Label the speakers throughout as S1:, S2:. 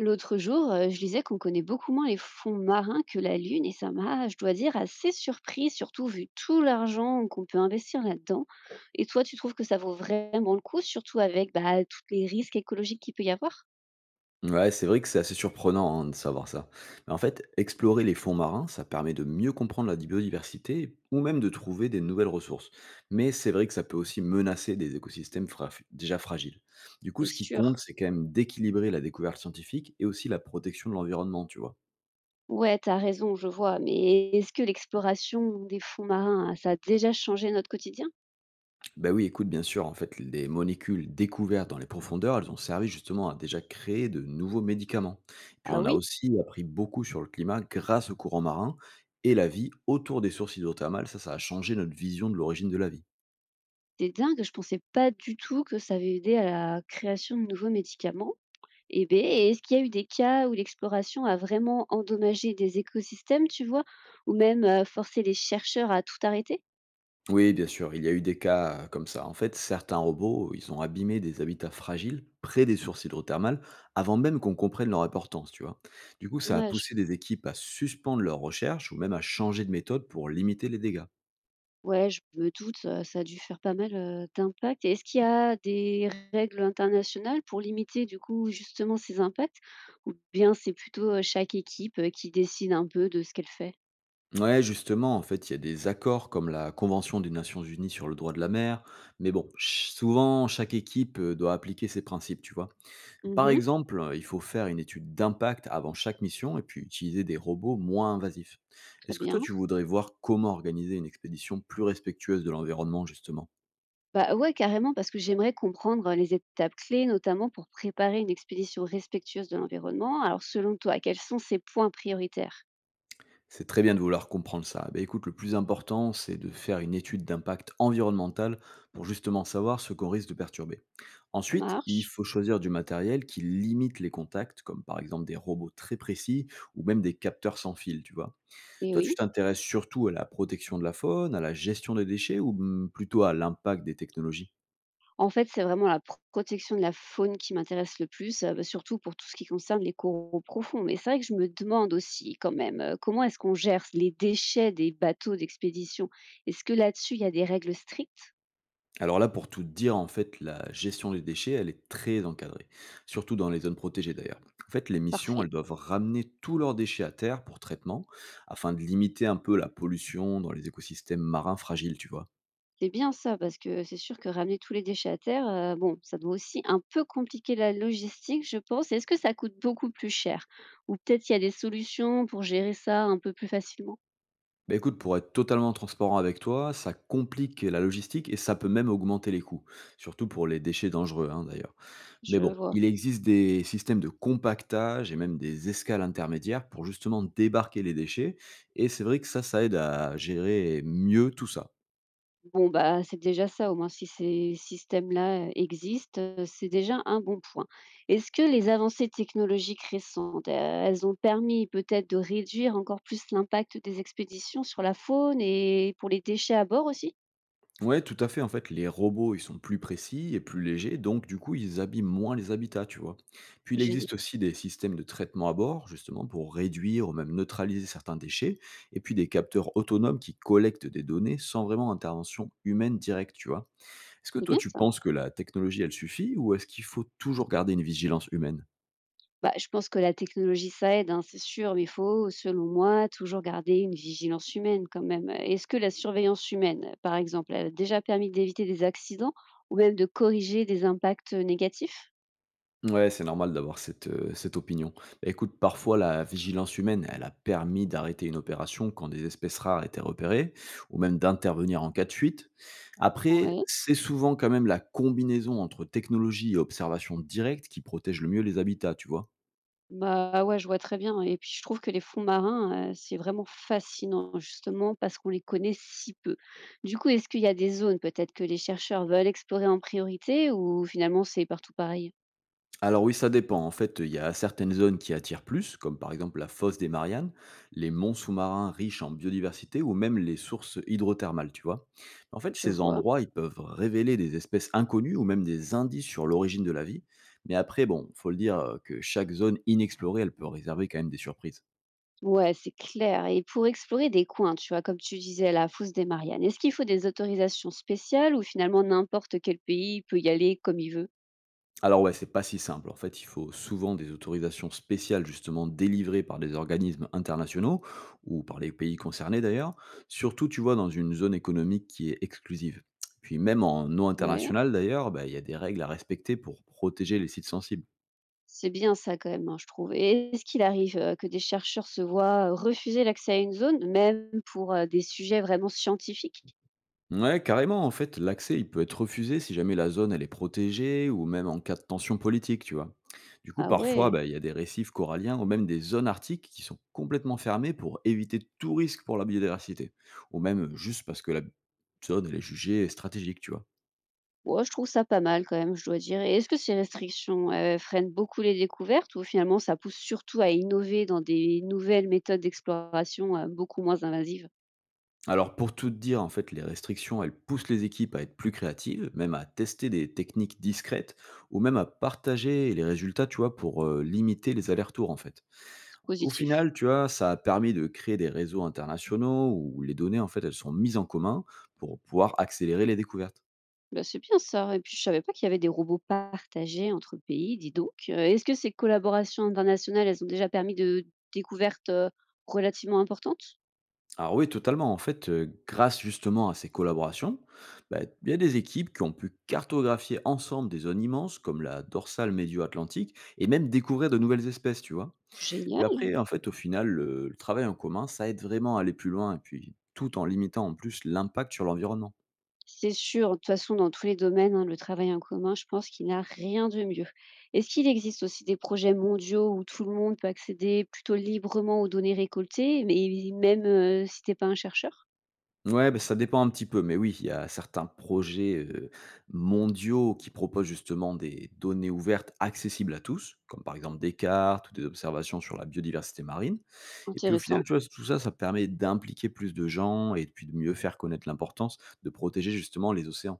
S1: L'autre jour, je lisais qu'on connaît beaucoup moins les fonds marins que la Lune, et ça m'a, je dois dire, assez surpris, surtout vu tout l'argent qu'on peut investir là-dedans. Et toi, tu trouves que ça vaut vraiment le coup, surtout avec bah, tous les risques écologiques qu'il peut y avoir?
S2: Ouais, c'est vrai que c'est assez surprenant hein, de savoir ça. Mais en fait, explorer les fonds marins, ça permet de mieux comprendre la biodiversité ou même de trouver des nouvelles ressources. Mais c'est vrai que ça peut aussi menacer des écosystèmes déjà fragiles. Du coup,
S1: C'est
S2: ce qui compte,
S1: sûr.
S2: c'est quand même d'équilibrer la découverte scientifique et aussi la protection de l'environnement, tu vois.
S1: Ouais, t'as raison, je vois, mais est-ce que l'exploration des fonds marins, ah, ça a déjà changé notre quotidien?
S2: Ben oui, écoute, bien sûr, en fait, les molécules découvertes dans les profondeurs, elles ont servi justement à déjà créer de nouveaux médicaments. Puis
S1: Ah
S2: on a
S1: oui,
S2: aussi appris beaucoup sur le climat grâce aux courants marins et la vie autour des sources hydrothermales. Ça a changé notre vision de l'origine de la vie.
S1: c'est dingue, je pensais pas du tout que ça avait aidé à la création de nouveaux médicaments. Eh ben, et est-ce qu'il y a eu des cas où l'exploration a vraiment endommagé des écosystèmes, tu vois? Ou même, forcé les chercheurs à tout arrêter?
S2: Oui, bien sûr, il y a eu des cas comme ça. En fait, certains robots, ils ont abîmé des habitats fragiles près des sources hydrothermales avant même qu'on comprenne leur importance, tu vois. Du coup, ça a
S1: Dommage.
S2: poussé des équipes à suspendre leurs recherches ou même à changer de méthode pour limiter les dégâts.
S1: Ouais, je me doute, ça a dû faire pas mal, d'impact, et est-ce qu'il y a des règles internationales pour limiter, du coup, justement ces impacts? Ou bien c'est plutôt, chaque équipe, qui décide un peu de ce qu'elle fait?
S2: Ouais, justement, en fait, il y a des accords comme la Convention des Nations Unies sur le droit de la mer, mais bon, souvent, chaque équipe doit appliquer ses principes, tu vois. Par
S1: Mmh,
S2: exemple, il faut faire une étude d'impact avant chaque mission et puis utiliser des robots moins invasifs.
S1: très
S2: Est-ce que toi,
S1: bien.
S2: tu voudrais voir comment organiser une expédition plus respectueuse de l'environnement, justement?
S1: Bah ouais, carrément, parce que j'aimerais comprendre les étapes clés, notamment pour préparer une expédition respectueuse de l'environnement. Alors, selon toi, quels sont ces points prioritaires?
S2: C'est très bien de vouloir comprendre ça. Ben écoute, le plus important, c'est de faire une étude d'impact environnemental pour justement savoir ce qu'on risque de perturber.
S1: Ça
S2: Ensuite, il
S1: marche?
S2: faut choisir du matériel qui limite les contacts, comme par exemple des robots très précis ou même des capteurs sans fil, tu vois.
S1: Et
S2: Toi, tu
S1: oui.
S2: t'intéresses surtout à la protection de la faune, à la gestion des déchets ou plutôt à l'impact des technologies?
S1: En fait, c'est vraiment la protection de la faune qui m'intéresse le plus, bah, surtout pour tout ce qui concerne les coraux profonds. Mais c'est vrai que je me demande aussi, quand même, comment est-ce qu'on gère les déchets des bateaux d'expédition? Est-ce que là-dessus, il y a des règles strictes?
S2: Alors là, pour tout te dire, en fait, la gestion des déchets, elle est très encadrée, surtout dans les zones protégées d'ailleurs. En fait, les missions, elles
S1: Parfait.
S2: doivent ramener tous leurs déchets à terre pour traitement, afin de limiter un peu la pollution dans les écosystèmes marins fragiles, tu vois.
S1: C'est bien ça, parce que c'est sûr que ramener tous les déchets à terre, bon, ça doit aussi un peu compliquer la logistique, je pense. Est-ce que ça coûte beaucoup plus cher? Ou peut-être il y a des solutions pour gérer ça un peu plus facilement?
S2: Bah écoute, pour être totalement transparent avec toi, ça complique la logistique et ça peut même augmenter les coûts, surtout pour les déchets dangereux, hein, d'ailleurs. Mais
S1: Je
S2: bon,
S1: vois.
S2: il existe des systèmes de compactage et même des escales intermédiaires pour justement débarquer les déchets. Et c'est vrai que ça aide à gérer mieux tout ça.
S1: Bon, bah, c'est déjà ça, au moins si ces systèmes-là, existent, c'est déjà un bon point. Est-ce que les avancées technologiques récentes, elles ont permis peut-être de réduire encore plus l'impact des expéditions sur la faune et pour les déchets à bord aussi?
S2: Ouais, tout à fait. En fait, les robots, ils sont plus précis et plus légers, donc du coup, ils abîment moins les habitats, tu vois. Puis il
S1: Génial,
S2: existe aussi des systèmes de traitement à bord, justement, pour réduire ou même neutraliser certains déchets, et puis des capteurs autonomes qui collectent des données sans vraiment intervention humaine directe, tu vois. Est-ce que
S1: c'est
S2: toi,
S1: bien
S2: tu
S1: ça.
S2: penses que la technologie, elle suffit ou est-ce qu'il faut toujours garder une vigilance humaine?
S1: Bah, je pense que la technologie, ça aide, hein, c'est sûr, mais il faut, selon moi, toujours garder une vigilance humaine quand même. Est-ce que la surveillance humaine, par exemple, elle a déjà permis d'éviter des accidents ou même de corriger des impacts négatifs?
S2: Ouais, c'est normal d'avoir cette, cette opinion. Bah, écoute, parfois la vigilance humaine, elle a permis d'arrêter une opération quand des espèces rares étaient repérées ou même d'intervenir en cas de fuite. Après,
S1: Ouais.
S2: c'est souvent quand même la combinaison entre technologie et observation directe qui protège le mieux les habitats, tu vois?
S1: Bah ouais, je vois très bien. Et puis je trouve que les fonds marins, c'est vraiment fascinant, justement, parce qu'on les connaît si peu. Du coup, est-ce qu'il y a des zones peut-être que les chercheurs veulent explorer en priorité, ou finalement c'est partout pareil?
S2: Alors oui, ça dépend. En fait, il y a certaines zones qui attirent plus, comme par exemple la fosse des Mariannes, les monts sous-marins riches en biodiversité ou même les sources hydrothermales, tu vois. En fait,
S1: Je
S2: ces
S1: vois.
S2: endroits, ils peuvent révéler des espèces inconnues ou même des indices sur l'origine de la vie. Mais après, bon, faut le dire que chaque zone inexplorée, elle peut réserver quand même des surprises.
S1: Ouais, c'est clair. Et pour explorer des coins, tu vois, comme tu disais, la fosse des Mariannes, est-ce qu'il faut des autorisations spéciales ou finalement n'importe quel pays peut y aller comme il veut?
S2: Alors ouais, c'est pas si simple. En fait, il faut souvent des autorisations spéciales justement délivrées par des organismes internationaux ou par les pays concernés d'ailleurs, surtout tu vois dans une zone économique qui est exclusive. Puis même en non
S1: Ouais,
S2: international d'ailleurs, bah, il y a des règles à respecter pour protéger les sites sensibles.
S1: c'est bien ça quand même, hein, je trouve. Et est-ce qu'il arrive que des chercheurs se voient refuser l'accès à une zone, même pour des sujets vraiment scientifiques?
S2: Ouais, carrément, en fait, l'accès, il peut être refusé si jamais la zone, elle est protégée ou même en cas de tension politique, tu vois. Du coup,
S1: Ah
S2: parfois,
S1: ouais.
S2: bah, il y a des récifs coralliens ou même des zones arctiques qui sont complètement fermées pour éviter tout risque pour la biodiversité. Ou même juste parce que la zone, elle est jugée stratégique, tu vois.
S1: Ouais, je trouve ça pas mal quand même, je dois dire. Et est-ce que ces restrictions freinent beaucoup les découvertes, ou finalement ça pousse surtout à innover dans des nouvelles méthodes d'exploration beaucoup moins invasives?
S2: Alors, pour tout te dire, en fait, les restrictions, elles poussent les équipes à être plus créatives, même à tester des techniques discrètes ou même à partager les résultats, tu vois, pour limiter les allers-retours, en fait.
S1: C'est
S2: Au
S1: positif.
S2: final, tu vois, ça a permis de créer des réseaux internationaux où les données, en fait, elles sont mises en commun pour pouvoir accélérer les découvertes.
S1: Bah, c'est bien ça, et puis je savais pas qu'il y avait des robots partagés entre pays, dis donc. Est-ce que ces collaborations internationales, elles ont déjà permis de découvertes, relativement importantes?
S2: Alors oui, totalement. En fait, grâce justement à ces collaborations, bah, il y a des équipes qui ont pu cartographier ensemble des zones immenses comme la dorsale médio-atlantique et même découvrir de nouvelles espèces, tu vois. Puis
S1: Génial.
S2: après, en fait, au final, le travail en commun, ça aide vraiment à aller plus loin et puis tout en limitant en plus l'impact sur l'environnement.
S1: C'est sûr, de toute façon dans tous les domaines, hein, le travail en commun, je pense qu'il n'a rien de mieux. Est-ce qu'il existe aussi des projets mondiaux où tout le monde peut accéder plutôt librement aux données récoltées, mais même, si t'es pas un chercheur?
S2: Ouais, ben ça dépend un petit peu, mais oui, il y a certains projets, mondiaux qui proposent justement des données ouvertes accessibles à tous, comme par exemple des cartes ou des observations sur la biodiversité marine et puis au final,
S1: Intéressant.
S2: tu vois, tout ça, ça permet d'impliquer plus de gens et puis de mieux faire connaître l'importance de protéger justement les océans.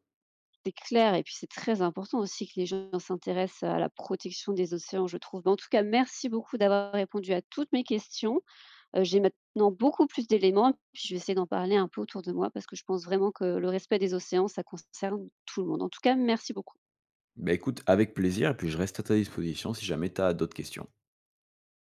S1: C'est clair, et puis c'est très important aussi que les gens s'intéressent à la protection des océans, je trouve. Mais en tout cas, merci beaucoup d'avoir répondu à toutes mes questions. J'ai maintenant beaucoup plus d'éléments, puis je vais essayer d'en parler un peu autour de moi parce que je pense vraiment que le respect des océans, ça concerne tout le monde. En tout cas, merci beaucoup.
S2: Bah, écoute, avec plaisir et puis je reste à ta disposition si jamais tu as d'autres questions.